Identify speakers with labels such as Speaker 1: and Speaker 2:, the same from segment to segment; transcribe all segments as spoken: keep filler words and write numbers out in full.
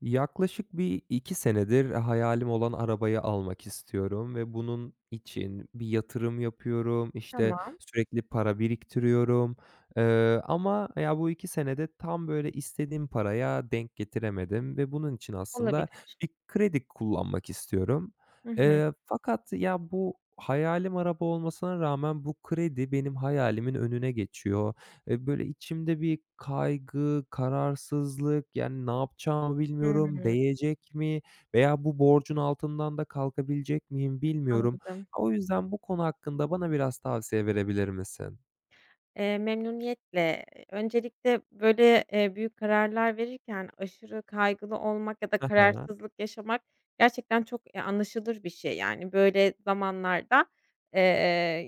Speaker 1: Yaklaşık bir iki senedir hayalim olan arabayı almak istiyorum ve bunun için bir yatırım yapıyorum, İşte
Speaker 2: Tamam,
Speaker 1: sürekli para biriktiriyorum, eee, ama ya, bu iki senede tam böyle istediğim paraya denk getiremedim ve bunun için aslında
Speaker 2: olabilir.
Speaker 1: bir kredi kullanmak istiyorum.
Speaker 2: Hı hı.
Speaker 1: Eee, fakat ya, bu hayalim araba olmasına rağmen bu kredi benim hayalimin önüne geçiyor. Eee, böyle içimde bir kaygı, kararsızlık, yani, ne yapacağımı bilmiyorum,
Speaker 2: Hımm,
Speaker 1: değecek mi veya bu borcun altından da kalkabilecek miyim bilmiyorum.
Speaker 2: anladım.
Speaker 1: O yüzden bu konu hakkında bana biraz tavsiye verebilir misin?
Speaker 2: Eee, memnuniyetle. Öncelikle, böyle, eee, büyük kararlar verirken aşırı kaygılı olmak ya da
Speaker 1: Aha.
Speaker 2: kararsızlık yaşamak gerçekten çok, eee, anlaşılır bir şey. Yani, böyle zamanlarda, eee,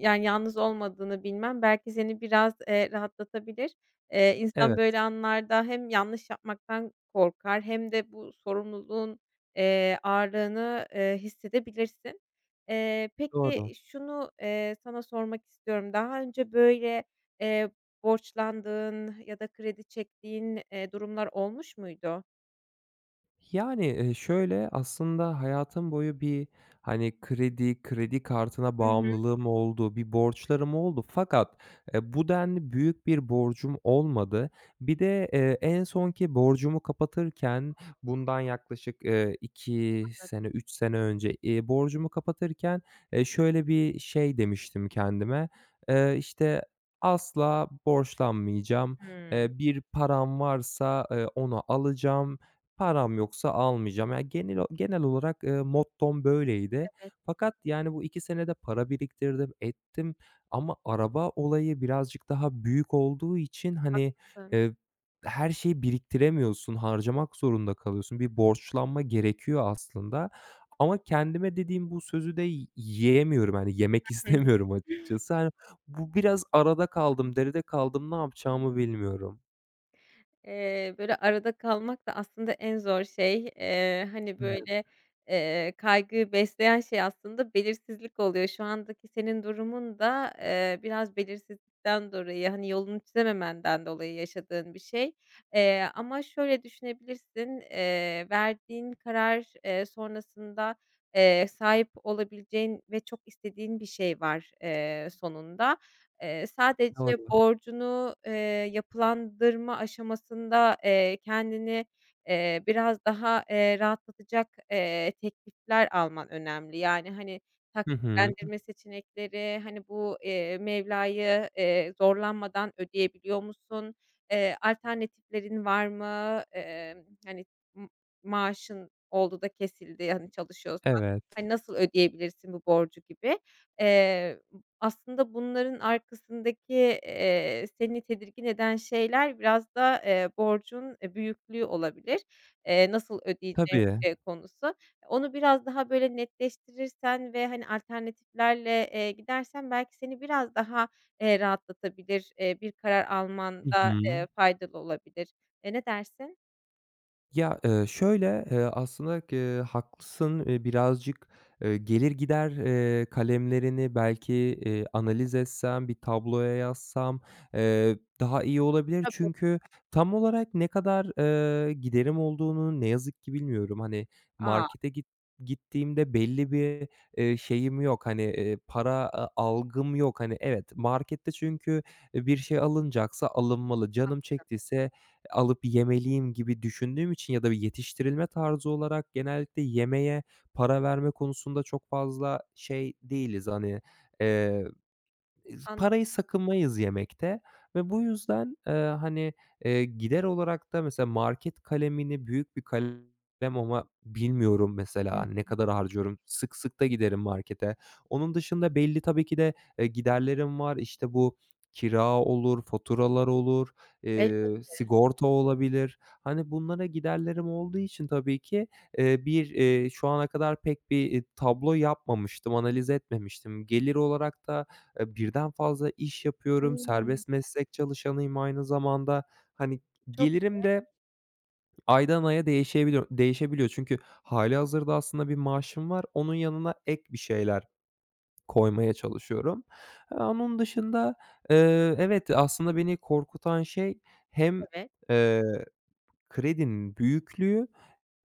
Speaker 2: yani, yalnız olmadığını bilmem belki seni biraz, eee, rahatlatabilir. Eee, insan
Speaker 1: Evet,
Speaker 2: böyle anlarda hem yanlış yapmaktan korkar hem de bu sorumluluğun, eee, ağırlığını, eee, hissedebilirsin. Eee,
Speaker 1: doğru.
Speaker 2: peki şunu, eee, sana sormak istiyorum. Daha önce böyle, Eee, borçlandığın ya da kredi çektiğin, eee, durumlar olmuş muydu?
Speaker 1: Yani, eee, şöyle, aslında hayatım boyu bir, hani, kredi, kredi kartına
Speaker 2: Hı hı.
Speaker 1: bağımlılığım oldu, bir borçlarım oldu fakat, eee, bu denli büyük bir borcum olmadı. Bir de, eee, en sonki borcumu kapatırken, bundan yaklaşık, eee, iki
Speaker 2: Anladım.
Speaker 1: sene, üç sene önce, eee, borcumu kapatırken, eee, şöyle bir şey demiştim kendime, eee, işte, "Asla borçlanmayacağım,
Speaker 2: Hımm.
Speaker 1: eee, bir param varsa, eee, onu alacağım. Param yoksa almayacağım." Yani genel o genel olarak, eee, mottom böyleydi.
Speaker 2: Evet,
Speaker 1: Fakat, yani, bu iki senede para biriktirdim, ettim ama araba olayı birazcık daha büyük olduğu için, hani,
Speaker 2: haklısın.
Speaker 1: eee, her şeyi biriktiremiyorsun, harcamak zorunda kalıyorsun. Bir borçlanma gerekiyor aslında ama kendime dediğim bu sözü de y yiyemiyorum, hani, yemek
Speaker 2: Hı
Speaker 1: istemiyorum
Speaker 2: hı.
Speaker 1: açıkçası. Hani, bu biraz arada kaldım, deride kaldım, ne yapacağımı bilmiyorum.
Speaker 2: Eee, böyle, arada kalmak da aslında en zor şey. Eee, hani,
Speaker 1: Evet.
Speaker 2: böyle, eee, kaygıyı besleyen şey aslında belirsizlik oluyor. Şu andaki senin durumun da, eee, biraz belirsizlikten dolayı, hani, yolunu çizememenden dolayı yaşadığın bir şey. Eee, ama şöyle düşünebilirsin, eee, verdiğin karar, eee, sonrasında, eee, sahip olabileceğin ve çok istediğin bir şey var, eee, sonunda. Eee, sadece
Speaker 1: Doğru.
Speaker 2: borcunu, eee, yapılandırma aşamasında, eee, kendini, eee, biraz daha, eee, rahatlatacak, eee, teklifler alman önemli. Yani, hani,
Speaker 1: Hı hı.
Speaker 2: taksitlendirme seçenekleri, hani, bu, eee, mevlayı, eee, zorlanmadan ödeyebiliyor musun? Eee, alternatiflerin var mı? Emm, hani, m maaşın oldu da kesildi, hani, çalışıyorsan,
Speaker 1: Evet.
Speaker 2: hani, nasıl ödeyebilirsin bu borcu gibi. Eee Aslında bunların arkasındaki, eee, seni tedirgin eden şeyler biraz da, eee, borcun, eee, büyüklüğü olabilir. Eee, nasıl ödeyeceğim,
Speaker 1: Tabii.
Speaker 2: eee, konusu. Onu biraz daha böyle netleştirirsen ve, hani, alternatiflerle, eee, gidersen belki seni biraz daha, eee, rahatlatabilir, eee, bir karar almanda
Speaker 1: Hı
Speaker 2: da,
Speaker 1: hı.
Speaker 2: faydalı olabilir. E, ne dersin?
Speaker 1: Ya, eee, şöyle, eee, aslında, eee, haklısın. Eee, birazcık, eee, gelir gider, eee, kalemlerini belki, eee, analiz etsem, bir tabloya yazsam, eee, daha iyi olabilir.
Speaker 2: Tabii.
Speaker 1: Çünkü tam olarak ne kadar, eee, giderim olduğunu ne yazık ki bilmiyorum. Hani,
Speaker 2: A!
Speaker 1: markete git gittiğimde belli bir, eee, şeyim yok. Hani, eee, para a algım yok. Hani, evet, markette çünkü, eee, bir şey alınacaksa alınmalı. Canım çektiyse alıp yemeliyim gibi düşündüğüm için ya da bir yetiştirilme tarzı olarak genellikle yemeğe para verme konusunda çok fazla şey değiliz. Hani, eee, parayı
Speaker 2: Anlıyorum.
Speaker 1: sakınmayız yemekte ve bu yüzden, eee, hani, eee, gider olarak da mesela market kalemini büyük bir kalem ama bilmiyorum mesela
Speaker 2: Hıı.
Speaker 1: hani ne kadar harcıyorum. Sık sık da giderim markete. Onun dışında belli tabii ki de, eee, giderlerim var. İşte, bu kira olur, faturalar olur, eee,
Speaker 2: Elbette.
Speaker 1: sigorta olabilir. Hani, bunlara giderlerim olduğu için tabii ki, eee, bir, eee, şu ana kadar pek bir, eee, tablo yapmamıştım, analiz etmemiştim. Gelir olarak da Eee, birden fazla iş yapıyorum,
Speaker 2: Hımm.
Speaker 1: serbest meslek çalışanıyım aynı zamanda. Hani,
Speaker 2: Çok.
Speaker 1: gelirim de aydan aya değişebiliyor değişebiliyor. Çünkü hâlihazırda aslında bir maaşım var. Onun yanına ek bir şeyler koymaya çalışıyorum. Eee, onun dışında, eee, evet, aslında beni korkutan şey hem,
Speaker 2: Evet.
Speaker 1: eee Kredinin büyüklüğü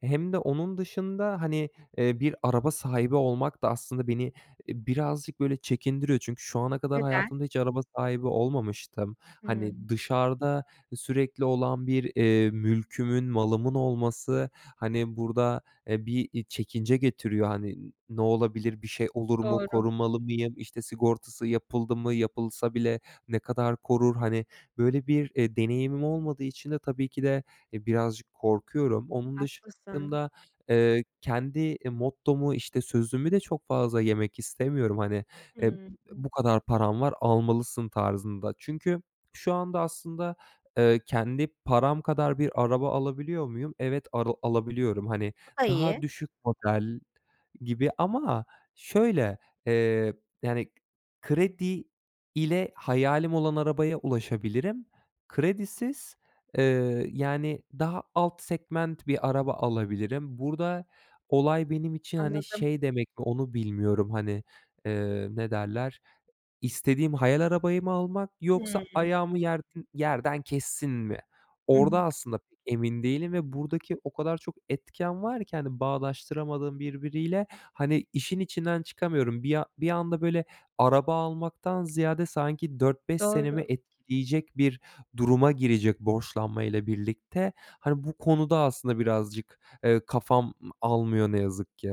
Speaker 1: hem de onun dışında, hani, eee, bir araba sahibi olmak da aslında beni, eee, birazcık böyle çekindiriyor. Çünkü şu ana kadar
Speaker 2: Neden?
Speaker 1: hayatımda hiç araba sahibi olmamıştım.
Speaker 2: Hımm.
Speaker 1: Hani, dışarıda sürekli olan bir, eee, mülkümün, malımın olması, hani, burada, eee, bir, iii, çekince getiriyor. Hani, "Ne olabilir, bir şey olur mu,
Speaker 2: Doğru.
Speaker 1: korumalı mıyım, işte, sigortası yapıldı mı, yapılsa bile ne kadar korur?" Hani, böyle bir, eee, deneyimim olmadığı için de tabii ki de e, birazcık korkuyorum. Onun
Speaker 2: Haklısın.
Speaker 1: dışında, eee, kendi, eee, mottomu, işte, sözümü de çok fazla yemek istemiyorum. Hani, eee,
Speaker 2: Hımm.
Speaker 1: "Bu kadar param var, almalısın." tarzında. Çünkü şu anda aslında, eee, kendi param kadar bir araba alabiliyor muyum? Evet, ara alabiliyorum. Hani,
Speaker 2: O da iyi.
Speaker 1: daha düşük model gibi ama şöyle, eee, yani, kredi ile hayalim olan arabaya ulaşabilirim. Kredisiz. Eee, yani, daha alt segment bir araba alabilirim. Burada olay benim için, hani,
Speaker 2: Anladım.
Speaker 1: şey demek mi onu bilmiyorum, hani, eee, ne derler, İstediğim hayal arabayı mı almak yoksa
Speaker 2: Hımm.
Speaker 1: ayağımı yerden yerden kessin mi?
Speaker 2: Hı hı.
Speaker 1: Orada aslında pek emin değilim ve buradaki o kadar çok etken var ki, hani, bağdaştıramadığım birbiriyle, hani, işin içinden çıkamıyorum. Bir a bir anda böyle araba almaktan ziyade sanki dört beş senemi
Speaker 2: Doğru.
Speaker 1: etkileyecek bir duruma girecek borçlanmayla birlikte. Hani, bu konuda aslında birazcık, eee, kafam almıyor ne yazık ki.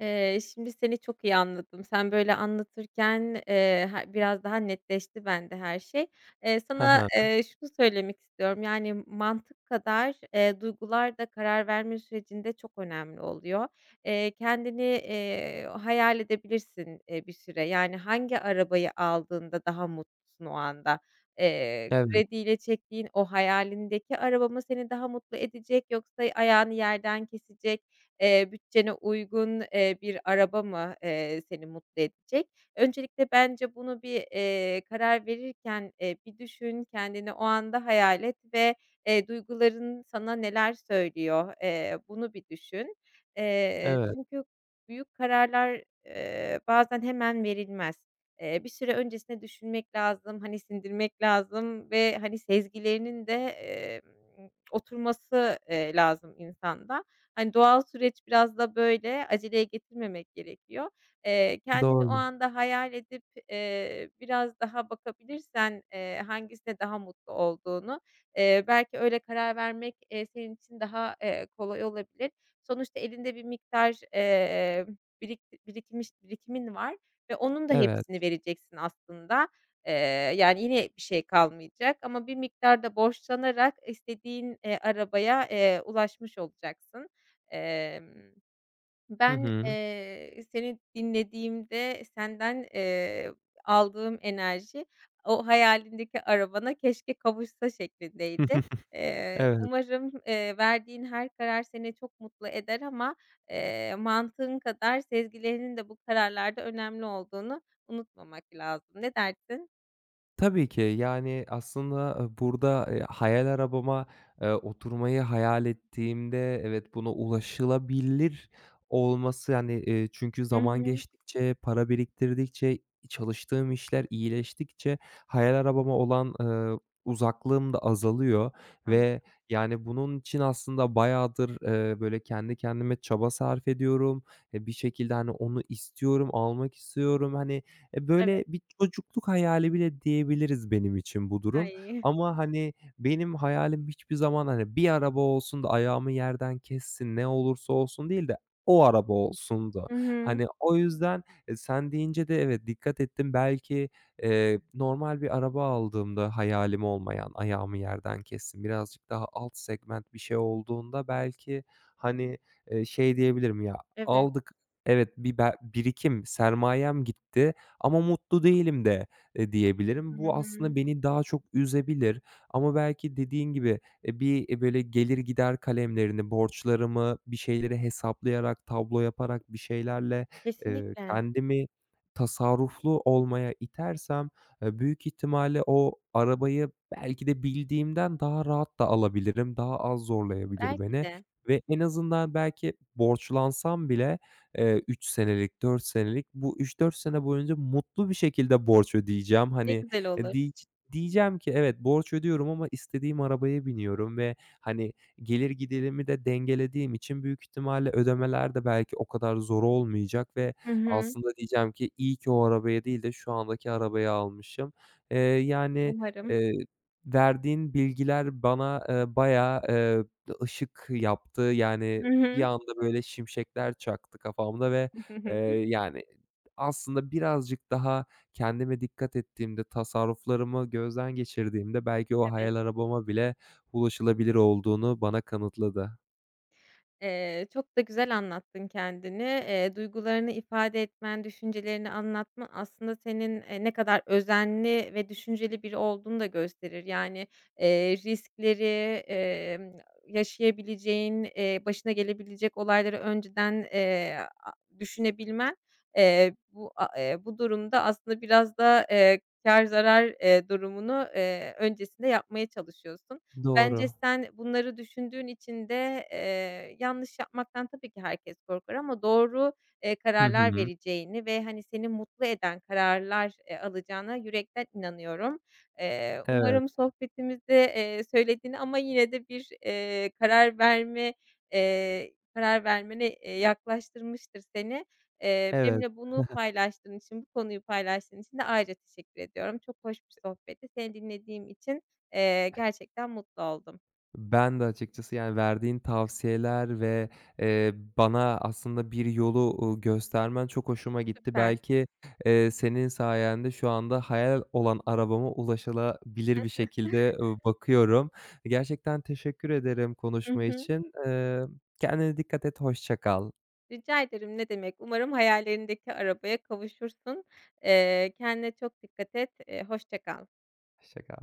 Speaker 2: Eee, şimdi seni çok iyi anladım. Sen böyle anlatırken, eee, ha biraz daha netleşti bende her şey. Eee,
Speaker 1: Hı
Speaker 2: sana,
Speaker 1: hı.
Speaker 2: eee, şunu söylemek istiyorum, yani mantık kadar, eee, duygular da karar verme sürecinde çok önemli oluyor. Eee, kendini, eee, hayal edebilirsin, eee, bir süre. Yani hangi arabayı aldığında daha mutlusun o anda? Eee,
Speaker 1: Evet,
Speaker 2: krediyle çektiğin o hayalindeki araba mı seni daha mutlu edecek yoksa ayağını yerden kesecek Eee, bütçene uygun, eee, bir araba mı, eee, seni mutlu edecek? Öncelikle bence bunu bir, eee, karar verirken, eee, bir düşün, kendini o anda hayal et ve, eee, duyguların sana neler söylüyor? Eee, bunu bir düşün. Eee,
Speaker 1: evet.
Speaker 2: çünkü büyük kararlar, eee, bazen hemen verilmez. Eee, bir süre öncesine düşünmek lazım, hani, sindirmek lazım ve, hani, sezgilerinin de, emm, oturması, eee, lazım insanda. Hani, doğal süreç biraz da böyle, aceleye getirmemek gerekiyor. Eee, kendini o
Speaker 1: Doğru.
Speaker 2: anda hayal edip, eee, biraz daha bakabilirsen, eee, hangisinde daha mutlu olduğunu, eee, belki öyle karar vermek, eee, senin için daha, eee, kolay olabilir. Sonuçta elinde bir miktar, eee, birik birikimiş birikimin var ve onun da
Speaker 1: Evet.
Speaker 2: hepsini vereceksin aslında. Eee, Yani, yine bir şey kalmayacak ama bir miktar da borçlanarak istediğin, eee, arabaya, eee, ulaşmış olacaksın. Emm
Speaker 1: Hı
Speaker 2: ben,
Speaker 1: hı.
Speaker 2: eee, seni dinlediğimde senden, eee, aldığım enerji o hayalindeki arabana keşke kavuşsa şeklindeydi. Eee,
Speaker 1: Evet.
Speaker 2: umarım, eee, verdiğin her karar seni çok mutlu eder ama, eee, mantığın kadar sezgilerinin de bu kararlarda önemli olduğunu unutmamak lazım. Ne dersin?
Speaker 1: Tabii ki. Yani, aslında, eee, burada, eee, hayal arabama, eee, oturmayı hayal ettiğimde evet, buna ulaşılabilir olması, yani, eee, çünkü
Speaker 2: Hı
Speaker 1: zaman
Speaker 2: hı.
Speaker 1: geçtikçe, para biriktirdikçe, çalıştığım işler iyileştikçe hayal arabama olan, eee, uzaklığım da azalıyor
Speaker 2: Anladım.
Speaker 1: ve, yani, bunun için aslında bayağıdır, eee, böyle, kendi kendime çaba sarf ediyorum. E, bir şekilde, hani, onu istiyorum, almak istiyorum. Hani, e, böyle
Speaker 2: Evet,
Speaker 1: bir çocukluk hayali bile diyebiliriz benim için bu
Speaker 2: daha
Speaker 1: durum
Speaker 2: iyi.
Speaker 1: ama, hani, benim hayalim hiçbir zaman, hani, bir araba olsun da ayağımı yerden kessin, ne olursa olsun değil de o araba olsundu.
Speaker 2: Hı hı.
Speaker 1: Hani, o yüzden, e, sen deyince de evet, dikkat ettim. Belki, eee, normal bir araba aldığımda hayalim olmayan, ayağımı yerden kessin, birazcık daha alt segment bir şey olduğunda belki, hani, eee, şey diyebilirim, "Ya,
Speaker 2: Evet.
Speaker 1: aldık, evet, bir be birikim, sermayem gitti ama mutlu değilim de, eee,
Speaker 2: Hı
Speaker 1: diyebilirim. Bu
Speaker 2: hı.
Speaker 1: aslında beni daha çok üzebilir ama belki dediğin gibi, eee, bir, eee, böyle gelir gider kalemlerini, borçlarımı, bir şeyleri hesaplayarak, tablo yaparak bir şeylerle, eee,
Speaker 2: Kesinlikle.
Speaker 1: kendimi tasarruflu olmaya itersem, eee, büyük ihtimalle o arabayı belki de bildiğimden daha rahat da alabilirim. Daha az zorlayabilir
Speaker 2: Belki
Speaker 1: beni
Speaker 2: de.
Speaker 1: ve en azından belki borçlansam bile, eee, üç senelik, dört senelik. Bu üç dört sene boyunca mutlu bir şekilde borç ödeyeceğim.
Speaker 2: Ne
Speaker 1: Hani,
Speaker 2: güzel
Speaker 1: eee,
Speaker 2: olur.
Speaker 1: diyic diyeceğim ki evet, borç ödüyorum ama istediğim arabaya biniyorum ve, hani, gelir giderimi de dengelediğim için büyük ihtimalle ödemeler de belki o kadar zor olmayacak ve
Speaker 2: Hı hı.
Speaker 1: aslında diyeceğim ki iyi ki o arabaya değil de şu andaki arabayı almışım. Eee, yani,
Speaker 2: Umarım.
Speaker 1: eee, verdiğin bilgiler bana, eee, bayağı, eee ışık yaptı.
Speaker 2: Hı
Speaker 1: Yani bir
Speaker 2: hı.
Speaker 1: anda böyle şimşekler çaktı kafamda ve,
Speaker 2: Hı
Speaker 1: eee,
Speaker 2: hı.
Speaker 1: yani aslında birazcık daha kendime dikkat ettiğimde, tasarruflarımı gözden geçirdiğimde belki o
Speaker 2: Evet.
Speaker 1: hayal arabama bile ulaşılabilir olduğunu bana kanıtladı.
Speaker 2: Eee, çok da güzel anlattın kendini. Eee, duygularını ifade etmen, düşüncelerini anlatman aslında senin, eee, ne kadar özenli ve düşünceli biri olduğunu da gösterir. Yani, eee, riskleri, emm, yaşayabileceğin, eee, başına gelebilecek olayları önceden, eee, a düşünebilmen, eee, bu a eee, bu durumda aslında biraz da, eee, kâr zarar, eee, durumunu, eee, öncesinde yapmaya çalışıyorsun. Bence
Speaker 1: Doğru.
Speaker 2: sen bunları düşündüğün için de, eee, yanlış yapmaktan tabii ki herkes korkar ama doğru, eee,
Speaker 1: Hı
Speaker 2: kararlar
Speaker 1: hı.
Speaker 2: vereceğini ve, hani, seni mutlu eden kararlar, eee, alacağına yürekten inanıyorum. Eee,
Speaker 1: Evet,
Speaker 2: umarım sohbetimizde, eee, söylediğini ama yine de bir, eee, karar verme, eee, karar vermene, eee, yaklaştırmıştır seni. Eee,
Speaker 1: evet.
Speaker 2: benimle bunu paylaştığın için, bu konuyu paylaştığın için de ayrıca teşekkür ediyorum. Çok hoş bir sohbetti. Seni dinlediğim için Eee, gerçekten mutlu oldum.
Speaker 1: Ben de açıkçası, yani, verdiğin tavsiyeler ve, eee, bana aslında bir yolu, uuu, göstermen çok hoşuma gitti.
Speaker 2: Süper.
Speaker 1: Belki, eee, senin sayende şu anda hayal olan arabama ulaşılabilir bir şekilde, ııı, bakıyorum. Gerçekten teşekkür ederim
Speaker 2: Hı
Speaker 1: konuşma
Speaker 2: hı.
Speaker 1: için. Eee, kendine dikkat et, hoşça kal.
Speaker 2: Rica ederim, ne demek. Umarım hayallerindeki arabaya kavuşursun. Eee, kendine çok dikkat et. Eee, hoşça kal.
Speaker 1: Hoşça kal.